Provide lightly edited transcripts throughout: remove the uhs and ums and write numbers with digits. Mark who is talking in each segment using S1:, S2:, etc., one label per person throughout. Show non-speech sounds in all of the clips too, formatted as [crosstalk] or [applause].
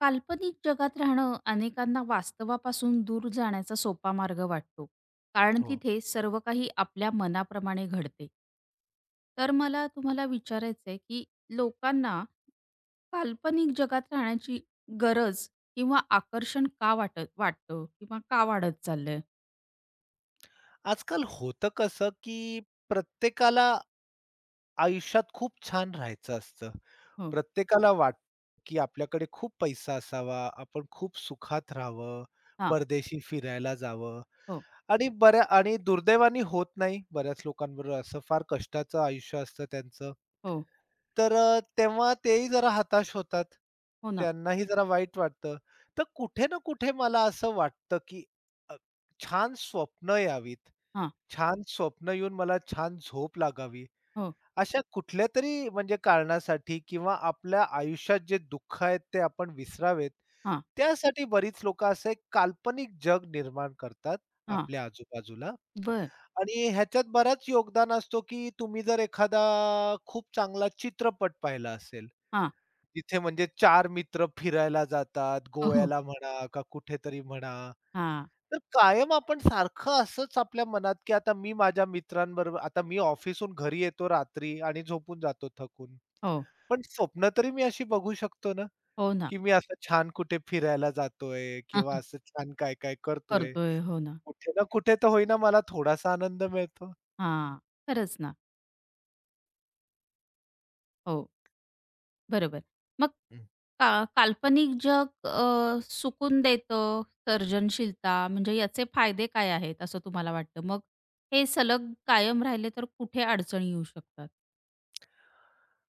S1: काल्पनिक जगात राहणं अनेकांना वास्तवापासून दूर जाण्याचा सोपा मार्ग वाटतो कारण
S2: हो.
S1: तिथे सर्व काही आपल्या मनाप्रमाणे घडते. तर मला तुम्हाला विचारायचं आहे की लोकांना काल्पनिक जगात राहण्याची गरज किंवा आकर्षण का वाटतं किंवा का वाढत चाललंय.
S2: आजकाल होतं कसं, की प्रत्येकाला आयुष्यात खूप छान राहायचं असतं.
S1: हो.
S2: प्रत्येकाला वाटतं, की आपल्याकडे खूप पैसा असावा, आपण खूप सुखात राहावं,
S1: हां.
S2: परदेशी फिरायला जावं
S1: हो.
S2: आणि बऱ्या आणि दुर्दैवाने होत नाही. बऱ्याच लोकांबरोबर असं फार कष्टाचं आयुष्य असतं त्यांचं.
S1: हो.
S2: तेव्हा तेही जरा हताश होतात.
S1: हो ना.
S2: त्यांनाही जरा वाईट वाटतं. तर कुठे ना कुठे मला असं वाटतं, की अ, छान स्वप्न यावीत.
S1: हां.
S2: छान स्वप्न येऊन मला छान झोप लागावी.
S1: हो.
S2: अशा कुठल्यातरी म्हणजे कारणासाठी किंवा आपल्या आयुष्यात जे दुःख आहेत ते आपण विसरावेत,
S1: हां.
S2: त्यासाठी बरीच लोकं असं एक काल्पनिक जग निर्माण करतात
S1: हां.
S2: आपल्या आजूबाजूला
S1: बर.
S2: आणि ह्याच्यात बराच योगदान असतो, की तुम्ही जर एखादा खूप चांगला चित्रपट पाहिला असेल,
S1: हां.
S2: तिथे म्हणजे 4 मित्र फिरायला जातात,
S1: हो. हो.
S2: गोव्याला म्हणा का कुठेतरी म्हणा.
S1: हां.
S2: तर कायम आपण सारखं असंच आपल्या मनात, की आता मी ऑफिसहून घरी येतो रात्री आणि झोपून जातो थकून.
S1: हो.
S2: पण स्वप्न तरी मी अशी बघू शकतो ना,
S1: हो ना.
S2: की मी असं छान कुठे फिरायला जातोय
S1: [laughs] हां,
S2: किंवा
S1: हां,
S2: असं छान काय-काय करतोय.
S1: करतोय हो ना.
S2: कुठे ना कुठे तर होईना मला थोडासा आनंद मिळतो.
S1: हां. खरंच ना. हो. बरोबर. मग
S2: हं.
S1: का काल्पनिक जग सुकून देतं, सर्जनशीलता म्हणजे याचे फायदे काय आहेत असं तुम्हाला वाटतं? मग हे सलग कायम राहिले तर कुठे अडचणी येऊ शकतात?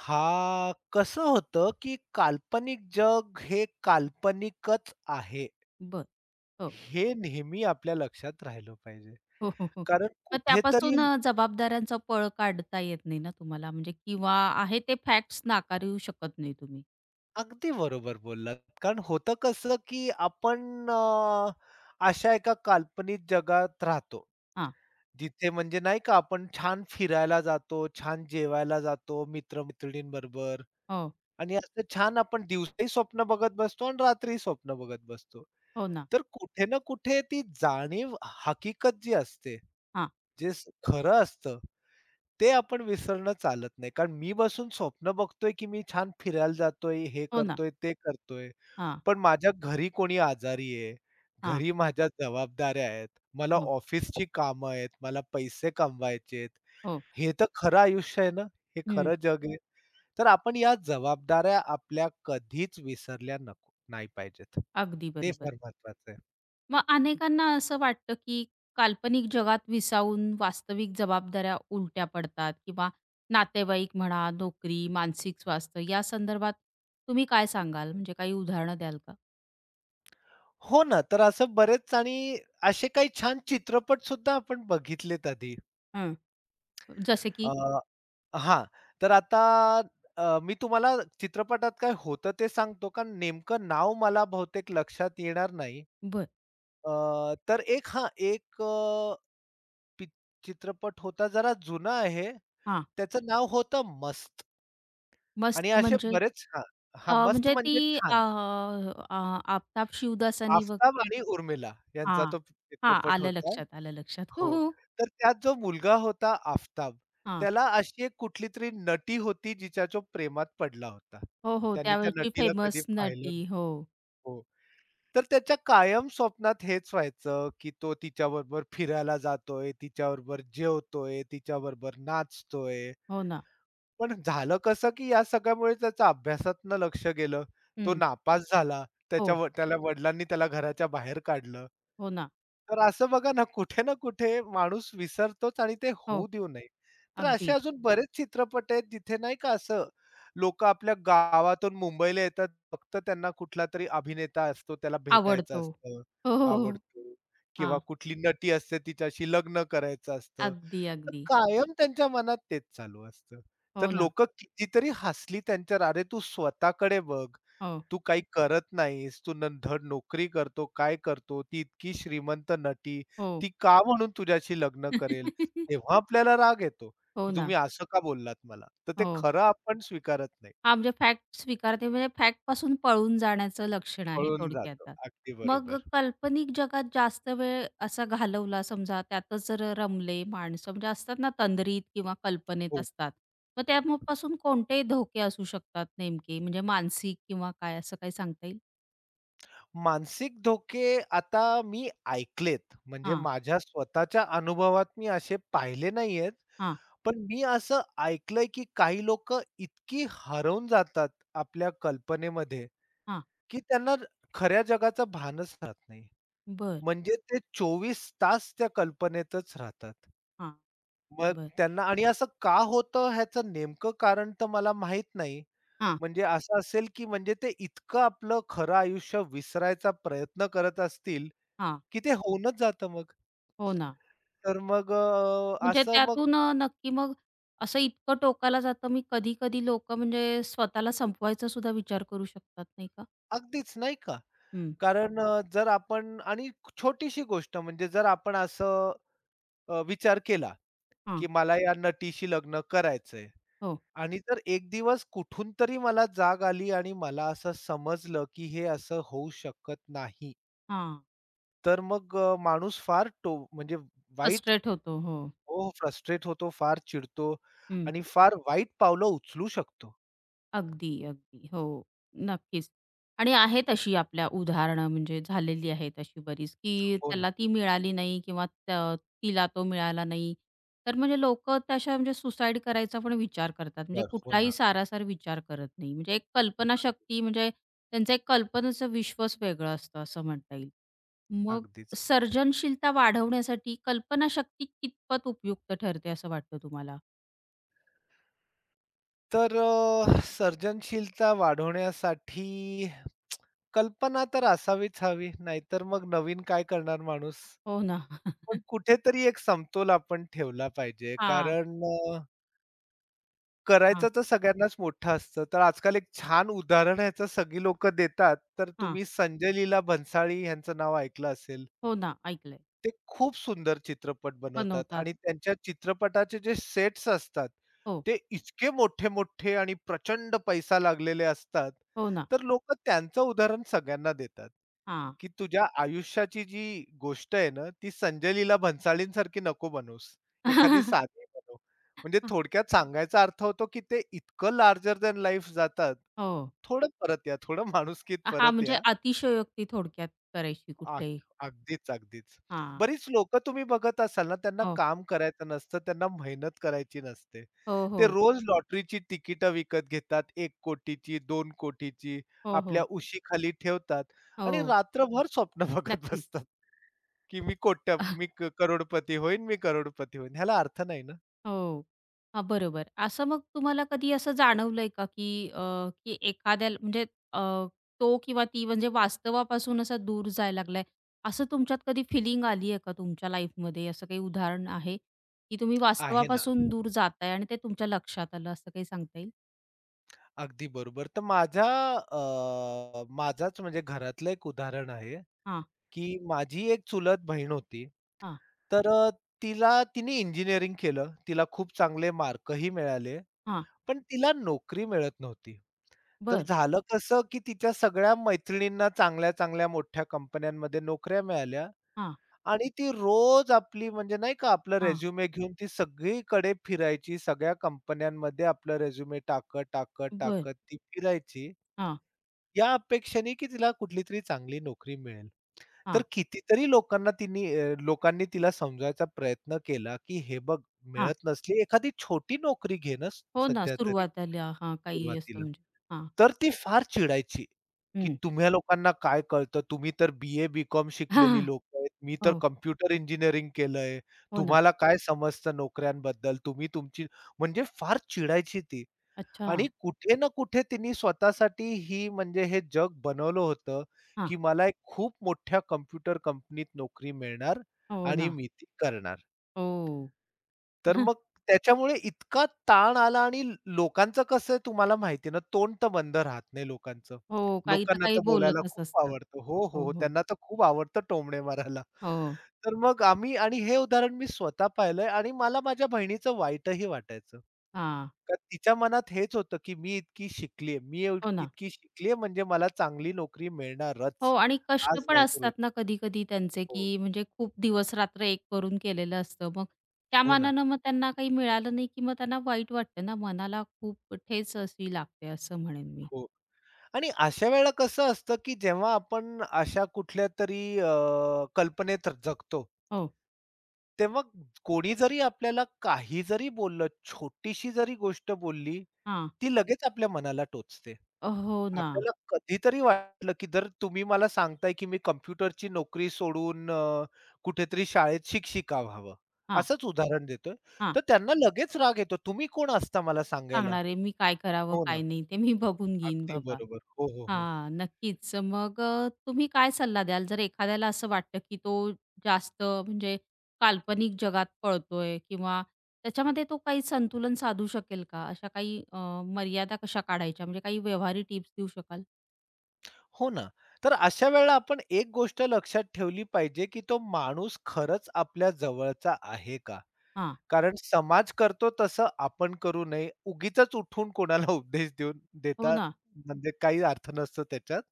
S2: हां, कसं होतं, की काल्पनिक जग हे काल्पनिकच आहे.
S1: बरं. हो.
S2: हे नेहमी आपल्या लक्षात राहिलं पाहिजे.
S1: हो, हो, हो.
S2: कारण
S1: मग
S2: कुठेतरी
S1: त्यापासून जबाबदाऱ्यांचा पळ काढता येत नाही ना तुम्हाला म्हणजे किंवा आहे ते फॅक्ट्स नाकारू शकत नाही तुम्ही.
S2: अगदी बरोबर बोललात. कारण होतं कसं, की अशा एका काल्पनिक जगात राहतो.
S1: हां.
S2: जिथे म्हणजे नाही का आपण छान फिरायला जातो, छान जेवायला जातो मित्र-मैत्रिणींबरोबर
S1: हो.
S2: आणि असं छान आपण दिवसाही स्वप्न बघत बसतो आणि रात्रीही स्वप्न बघत बसतो.
S1: हो ना.
S2: तर कुठे ना कुठे ती जाणीव हकीकत जी असते,
S1: हां.
S2: जे खरं असतं ते आपण विसरणं चालत नाही. कारण मी बसून स्वप्न बघतोय, की मी छान फिरायला जातोय, हे
S1: हो ना.
S2: करतोय, ते करतोय.
S1: हां,
S2: पण माझ्या घरी कोणी आजारी आहे,
S1: हां.
S2: घरी माझ्या जबाबदाऱ्या आहेत, मला
S1: हो,
S2: ऑफिसची कामं आहेत, मला पैसे कमवायचेत.
S1: हो.
S2: हे तर खरं आयुष्य आहे ना, हे
S1: हं.
S2: खरं जग आहे. तर आपण या जबाबदाऱ्या आपल्या कधीच विसरल्या नको नाही पाहिजेत.
S1: अगदी
S2: ते
S1: बरोबर.
S2: फार महत्वाचं आहे.
S1: मग अनेकांना असं वाटतं की काल्पनिक जगात विसावून वास्तविक जबाबदाऱ्या उलट्या पडतात किंवा नातेवाईक म्हणा, नोकरी, मानसिक स्वास्थ्य या संदर्भात तुम्ही काय सांगाल? म्हणजे काही उदाहरणं द्याल का?
S2: हो ना, तर असं बरेच आणि असे काही छान चित्रपटसुद्धा आपण बघितलेत आधी.
S1: हं. जसे की.
S2: अ, हां. तर आता मी तुम्हाला चित्रपटात काय होतं ते सांगतो, कारण नेमकं नाव मला बहुतेक लक्षात येणार नाही.
S1: बरं.
S2: अ, तर एक पिक चित्रपट होता जरा जुना आहे.
S1: हां.
S2: त्याचं नाव होतं मस्त. आणि
S1: मस्त
S2: असे
S1: म्हणजे.
S2: बरेच हां, हां, मस्त
S1: म्हणजे ती
S2: म्हणजे
S1: अ,
S2: छान.
S1: अ, आफताब शिवदासांनी बघ.
S2: आफताब आणि उर्मिला यांचा
S1: हां.
S2: तो
S1: हां.
S2: चित्रपट
S1: आलं
S2: होता.
S1: लक्षात, आलं लक्षात. हो,
S2: हो.
S1: हो.
S2: तर त्यात जो मुलगा होता आफताब,
S1: हां.
S2: त्याला अशी एक कुठली तरी नटी होती जिच्या तो प्रेमात पडला होता.
S1: हो, हो.
S2: त्यांनी त्या
S1: त्यावेळची
S2: नटीला कधी
S1: फेमस
S2: पाहिलं नाही.
S1: नटी. हो.
S2: हो. तर त्याच्या कायम स्वप्नात हेच व्हायचं, की तो तिच्याबरोबर फिरायला जातोय, तिच्याबरोबर जेवतोय, तिच्याबरोबर नाचतोय.
S1: हो ना.
S2: पण झालं कसं, की या सगळ्यामुळे त्याच्या अभ्यासातनं लक्ष गेलं. तो
S1: हं.
S2: नापास झाला. त्याच्या
S1: हो.
S2: व त्याला वडिलांनी त्याला घराच्या बाहेर काढलं.
S1: हो ना.
S2: तर असं बघा ना, कुठे ना कुठे माणूस विसरतोच आणि ते
S1: हो.
S2: होऊ देऊ नये. तर असे
S1: अगदी.
S2: अजून बरेच चित्रपट आहेत जिथे नाही का असं लोकं आपल्या गावातून मुंबईला येतात. फक्त त्यांना कुठला तरी अभिनेता असतो, त्याला भेटायचं
S1: आवडतो.
S2: असतं,
S1: हो, हो, हो.
S2: आवडतो,
S1: हां.
S2: किंवा कुठली नटी असते तिच्याशी लग्न करायचं असतं.
S1: अगदी,
S2: तर
S1: अगदी.
S2: कायम त्यांच्या मनात तेच चालू असतं. तर
S1: हो ना.
S2: लोकं कितीतरी हसली त्यांच्यावर, "अरे, तू स्वतःकडे बघ.
S1: हो,
S2: तू काही करत नाहीस, तू धड नोकरी करतो, काय करतो? ती इतकी श्रीमंत नटी,
S1: हो.
S2: ती का म्हणून तुझ्याशी लग्न करेल?
S1: [laughs]
S2: तेव्हा आपल्याला राग येतो,
S1: हो
S2: की
S1: ना.
S2: तुम्ही असं का बोललात मला? तर ते
S1: हो.
S2: खरं आपण स्वीकारत नाही.
S1: हां, म्हणजे फॅक्ट स्वीकारते म्हणजे फॅक्टपासून पळून जाण्याचं लक्षण आहे
S2: पळून
S1: थोडक्यात.
S2: जातो.
S1: आता.
S2: अगदी
S1: मग
S2: बरोबर.
S1: काल्पनिक जगात जास्त वेळ असा घालवला समजा त्यातच जर रमले माणसं म्हणजे असतात ना तंद्रीत किंवा कल्पनेत
S2: हो.
S1: असतात. मग त्यापासून कोणते धोके असू शकतात नेमके म्हणजे मानसिक किंवा काय असं काही सांगता येईल?
S2: मानसिक धोके आता मी ऐकलेत. म्हणजे
S1: हां,
S2: माझ्या स्वतःच्या अनुभवात मी असे पाहिले नाहीयेत.
S1: हां,
S2: पण मी असं ऐकलंय, की काही लोकं इतकी हरवून जातात आपल्या कल्पनेमध्ये
S1: हां.
S2: की त्यांना खऱ्या जगाचं भानच राहत नाही.
S1: बरं.
S2: म्हणजे ते 24 तास त्या कल्पनेतच राहतात.
S1: हां,
S2: मग
S1: बरं.
S2: त्यांना आणि असं का होतं ह्याचं नेमकं कारण तर मला माहीत नाही.
S1: हां,
S2: म्हणजे असं असेल की म्हणजे ते इतकं आपलं खरं आयुष्य विसरायचा प्रयत्न करत असतील,
S1: हां.
S2: की ते होऊनच जातं मग.
S1: हो ना.
S2: तर मग अ,
S1: म्हणजे
S2: असं मग
S1: त्यातून नक्की मग असं इतकं टोकाला जातं, मी कधी-कधी लोकं म्हणजे स्वतःला संपवायचा सुद्धा विचार करू शकतात, नाही का?
S2: अगदीच नाही का?
S1: हं.
S2: जर आपण छोटीशी गोष्ट म्हणजे जर आपण असं विचार केला
S1: हां.
S2: की मला या नटीशी लग्न करायचंय.
S1: हो.
S2: आणि जर एक दिवस कुठून तरी मला जाग आली आणि मला असं समजलं, की हे असं होऊ शकत नाही.
S1: हां.
S2: माणूस फार टो म्हणजे वाईट
S1: फ्रस्ट्रेट होतो. हो.
S2: हो, हो, फ्रस्ट्रेट होतो, फार चिडतो आणि फार वाईट पावलं उचलू शकतो.
S1: अगदी, अगदी. हो, नक्कीच. आणि आहेत अशी आपल्या उदाहरणं म्हणजे झालेली आहेत अशी बरीच, की
S2: हो ना.
S1: त्याला ती मिळाली नाही किंवा तिला तो मिळाला नाही. तर म्हणजे लोकं तशा म्हणजे सुसाईड करायचा पण विचार करतात. म्हणजे
S2: बरं. हो ना.
S1: कुठलाही सारासार विचार करत नाही. म्हणजे एक कल्पनाशक्ती म्हणजे त्यांचं एक कल्पनेचं विश्वच वेगळं असतं असं म्हणता येईल. मग
S2: अगदीच.
S1: सर्जनशीलता वाढवण्यासाठी कल्पनाशक्ती कितपत उपयुक्त ठरते असं वाटतं तुम्हाला?
S2: सर्जनशीलता वाढवण्यासाठी कल्पना तर असावीच हवी, नाहीतर मग नवीन काय करणार माणूस?
S1: हो ना. [laughs]
S2: पण कुठेतरी एक समतोल आपण ठेवला पाहिजे.
S1: हां, हां,
S2: करायचं तर सगळ्यांनाच मोठं असतं. तर आजकाल एक छान उदाहरण ह्याचं सगळी लोकं देतात. तर
S1: हां.
S2: तुम्ही संजय लीला भन्साळी यांचं नाव ऐकलं असेल.
S1: हो ना, ऐकलंय.
S2: ते खूप सुंदर चित्रपट बनवतात
S1: बनवतात.
S2: आणि त्यांच्या चित्रपटाचे जे सेट्स असतात,
S1: हो,
S2: ते इतके मोठे-मोठे आणि प्रचंड पैसा लागलेले असतात,
S1: हो ना.
S2: तर लोकं त्यांचं उदाहरण सगळ्यांना देतात,
S1: हां.
S2: की तुझ्या आयुष्याची जी गोष्ट आहे ना, ती संजय लीला भन्साळींसारखी नको बनवूस. एखादी साधी
S1: [laughs]
S2: बनव. म्हणजे थोडक्यात सांगायचा अर्थ होतो, की ते इतकं लार्जर दॅन लाईफ जातात,
S1: हो.
S2: थोडं परत या, थोडं माणुसकीत
S1: हां,
S2: परत
S1: म्हणजे
S2: या.
S1: अतिशयोक्ती थोडक्यात करायची
S2: आ
S1: कुठल्याही.
S2: अगदीच, अगदीच.
S1: हां.
S2: बरीच लोकं तुम्ही बघत असाल ना, त्यांना
S1: हो,
S2: काम करायचं नसतं, त्यांना मेहनत करायची नसते.
S1: हो,
S2: ते
S1: हो,
S2: रोज लॉटरीची तिकीट विकत घेतात, एक कोटीची, दोन कोटीची,
S1: हो,
S2: आपल्या
S1: हो,
S2: उशीखाली ठेवतात आणि
S1: हो.
S2: रात्रभर स्वप्न [laughs] बघत
S1: नक्कीच.
S2: बसतात, की मी कोट्य मी
S1: [laughs]
S2: क करोडपती होईन, मी करोडपती होईन. ह्याला अर्थ नाही ना.
S1: हो. हां, बरोबर. असं मग तुम्हाला कधी असं जाणवलंय का, की की एखाद्याला म्हणजे अ, तो किंवा ती म्हणजे वास्तवापासून असा दूर जायला लागलाय, असं तुमच्यात कधी फिलिंग आली आहे का तुमच्या लाईफमध्ये? असं काही उदाहरण आहे, की तुम्ही
S2: आहे ना.
S1: वास्तवापासून दूर जाताय आणि ते तुमच्या लक्षात आलं, असं काही सांगता येईल?
S2: अगदी बरोबर. माझाच म्हणजे घरातलं एक उदाहरण आहे, की माझी एक चुलत बहीण होती.
S1: हां,
S2: तर अ, तिला तिने इंजिनिअरिंग केलं. तिला खूप चांगले मार्कही मिळाले.
S1: हां.
S2: पण तिला नोकरी मिळत नव्हती. तर
S1: बरं.
S2: झालं कसं, की तिच्या सगळ्या मैत्रिणींना चांगल्या-चांगल्या मोठ्या कंपन्यांमध्ये नोकऱ्या मिळाल्या
S1: हां,
S2: आणि ती रोज आपली म्हणजे नाही का आपलं
S1: हां.
S2: रिझ्युमे घेऊन ती सगळीकडे फिरायची. सगळ्या कंपन्यांमध्ये आपलं रिझ्युमे टाकत, टाकत,
S1: बरं.
S2: टाकत ती फिरायची.
S1: हां,
S2: या अपेक्षेने, की तिला कुठलीतरी चांगली नोकरी मिळेल. तर
S1: हां,
S2: कितीतरी लोकांनी तिला समजायचा प्रयत्न केला, की "हे बघ,
S1: हां.
S2: मिळत नसली एखादी छोटी नोकरी घे ना
S1: हो ना,
S2: सध्या तरी
S1: सुरुवातीला हां, काही असं
S2: सुरुवातीला."
S1: म्हणजे हां,
S2: तर ती फार चिडायची, की
S1: हं.
S2: "तुम्हा लोकांना काय कळतं? तुम्ही तर बी-ए, बी-कॉम
S1: [laughs] हां,
S2: शिकलेली
S1: हां.
S2: लोकं आहेत. मी तर
S1: हो,
S2: कॉम्प्युटर इंजिनिअरिंग केलंय.
S1: हो ना.
S2: तुम्हाला काय समजतं नोकऱ्यांबद्दल? तुम्ही तुमची" म्हणजे फार चिडायची ती.
S1: अच्छा.
S2: आणि कुठे ना कुठे तिनी स्वतःसाठी ही म्हणजे हे जग बनवलं होतं,
S1: हां.
S2: की मला एक खूप मोठ्या कॉम्प्युटर कंपनीत नोकरी मिळणार
S1: हो
S2: आणि
S1: ना.
S2: मी ती करणार.
S1: हो.
S2: तर मग
S1: [laughs]
S2: त्याच्यामुळे इतका ताण आला आणि लोकांचं कसं आहे तुम्हाला माहिती आहे ना, तोंड तर बंद राहत नाही लोकांचं.
S1: हो, काही ना
S2: लोकांना
S1: काही
S2: तर बोलायला
S1: बोलतच
S2: खूप
S1: असतात.
S2: आवडतं. हो, हो,
S1: हो,
S2: हो.
S1: हो.
S2: त्यांना तर खूप आवडतं टोमणे मारायला.
S1: हो.
S2: तर मग आम्ही आणि हे उदाहरण मी स्वतः पाहिलंय आणि मला माझ्या बहिणीचं वाईटही वाटायचं.
S1: हां.
S2: का तिच्या मनात हेच होतं, की मी एवढ
S1: हो ना.
S2: इतकी शिकली म्हणजे मला चांगली नोकरी
S1: हो
S2: मिळणारच.
S1: आणि कष्ट
S2: आज
S1: पण
S2: नाही तर
S1: असतात
S2: उद्या.
S1: ना कधी-कधी त्यांचे,
S2: हो,
S1: की म्हणजे खूप दिवस-रात्र एक करून केलेलं असतं. मग त्या
S2: हो ना.
S1: मानानं मग त्यांना काही मिळालं नाही, की मग त्यांना वाईट वाटतं ना, मनाला खूप ठेच अशी लागते असं म्हणेन मी.
S2: हो. आणि अशा वेळेला कसं असतं, की जेव्हा आपण अशा कुठल्यातरी कल्पनेत जगतो,
S1: हो.
S2: तेव्हा कोणी जरी आपल्याला काही जरी बोललं, छोटीशी जरी गोष्ट बोलली,
S1: हां.
S2: ती लगेच आपल्या मनाला टोचते.
S1: हो ना.
S2: आपल्याला कधीतरी वाटलं, की जर तुम्ही मला सांगताय, की मी कॉम्प्युटरची नोकरी सोडून कुठेतरी शाळेत शिक्षिका व्हावं.
S1: हां,
S2: असंच उदाहरण देतोय.
S1: हां.
S2: तर त्यांना लगेच राग येतो. तुम्ही कोण असता मला सांगायला?
S1: सांगणार आहे मी काय करावं,
S2: हो ना.
S1: काय नाही ते मी बघून घेईन
S2: अगदी
S1: बाबा.
S2: बरोबर. हो, हो, हो.
S1: हां, नक्कीच. मग तुम्ही काय सल्ला द्याल जर एखाद्याला असं वाटतं, की तो जास्त म्हणजे काल्पनिक जगात पळतोय किंवा त्याच्यामध्ये तो काही संतुलन साधू शकेल का? अशा काही मर्यादा कशा काढायच्या म्हणजे काही व्यवहारी टिप्स देऊ शकाल?
S2: हो ना. तर अशा वेळेला आपण एक गोष्ट लक्षात ठेवली पाहिजे, की तो माणूस खरंच आपल्या जवळचा आहे का?
S1: हां.
S2: कारण समाज करतो तसं आपण करू नये. उगीचच उठून कोणाला [laughs] उपदेश देऊन
S1: हो
S2: देता
S1: ना.
S2: म्हणजे काही अर्थ नसतो त्याच्यात.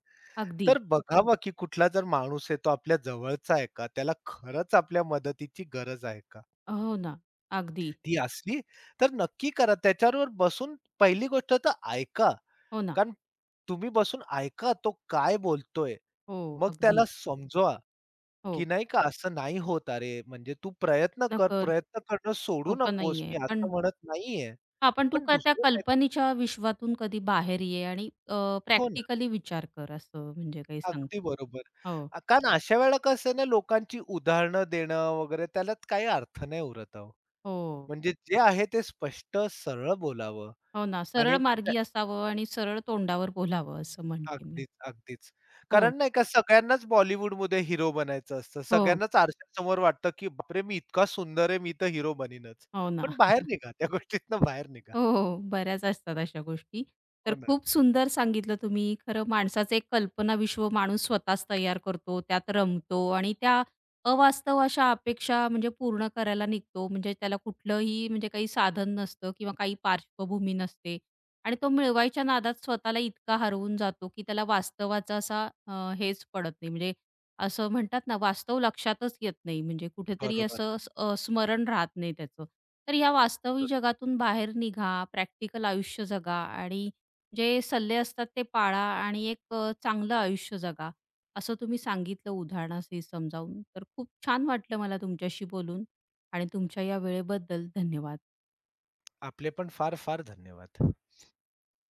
S1: अगदी.
S2: तर बघावं, की कुठला जर माणूस आहे तो आपल्या जवळचा आहे का? त्याला खरंच आपल्या मदतीची गरज आहे का?
S1: हो ना. अगदी.
S2: ती असली तर नक्की करा. त्याच्याबरोबर बसून पहिली गोष्ट तर ऐका.
S1: हो ना.
S2: कारण तुम्ही बसून ऐका तो काय बोलतोय.
S1: हो,
S2: मग त्याला
S1: अगदी.
S2: समजवा, की
S1: हो.
S2: नाही का असं नाही होत अरे, म्हणजे तू प्रयत्न कर,
S1: नकर
S2: प्रयत्न करणं सोडू
S1: सोपं
S2: नकोस.
S1: नाहीये.
S2: मी
S1: पण
S2: असं म्हणत नाहीये.
S1: हां, पण तू
S2: पण
S1: का त्या
S2: दुसरं काही
S1: कल्पनेच्या विश्वातून कधी बाहेर ये आणि
S2: हो ना,
S1: प्रॅक्टिकली विचार कर असं म्हणजे काही सांग.
S2: अगदी बरोबर.
S1: हो,
S2: कारण अशा वेळेला कसं आहे ना, लोकांची उदाहरणं देणं वगैरे त्यालाच काही अर्थ नाही उरत अहो.
S1: हो.
S2: म्हणजे जे आहे ते स्पष्ट सरळ बोलावं
S1: हो ना,
S2: आणि
S1: सरळ मार्गी असावं आणि सरळ तोंडावर बोलावं असं म्हणते मी.
S2: अगदीच, अगदीच.
S1: हो,
S2: कारण नाही का सगळ्यांनाच बॉलिवूडमध्ये हिरो बनायचं असतं.
S1: हो,
S2: सगळ्यांनाच आरशासमोर वाटतं, की "बापरे! मी इतका सुंदर आहे, मी तर हिरो बनीनच."
S1: हो ना.
S2: पण बाहेर निघा, त्या गोष्टीतनं बाहेर निघा.
S1: हो, हो. बऱ्याच असतात अशा गोष्टी.
S2: हो
S1: तर
S2: ना.
S1: खूप सुंदर सांगितलं तुम्ही. खरं माणसाचं एक कल्पना विश्व माणूस स्वतःच तयार करतो, त्यात रमतो आणि त्या अवास्तव अशा अपेक्षा म्हणजे पूर्ण करायला निघतो. म्हणजे त्याला कुठलंही म्हणजे काही साधन नसतं किंवा काही पार्श्वभूमी नसते आणि तो मिळवायच्या नादात स्वतःला इतका हरवून जातो, की त्याला वास्तवाचा असा हेच पडत नाही म्हणजे असं म्हणतात ना, वास्तव लक्षातच येत नाही म्हणजे कुठेतरी
S2: बरोबर.
S1: असं स्मरण राहत नाही त्याचं. तर या वास्तविक जगातून बाहेर निघा, प्रॅक्टिकल आयुष्य जगा आणि जे सल्ले असतात ते पाळा आणि एक चांगलं आयुष्य जगा, असं तुम्ही सांगितलं उदाहरणासहित समजावून. तर खूप छान वाटलं मला तुमच्याशी बोलून आणि तुमच्या या वेळेबद्दल धन्यवाद.
S2: आपले पण फार-फार धन्यवाद.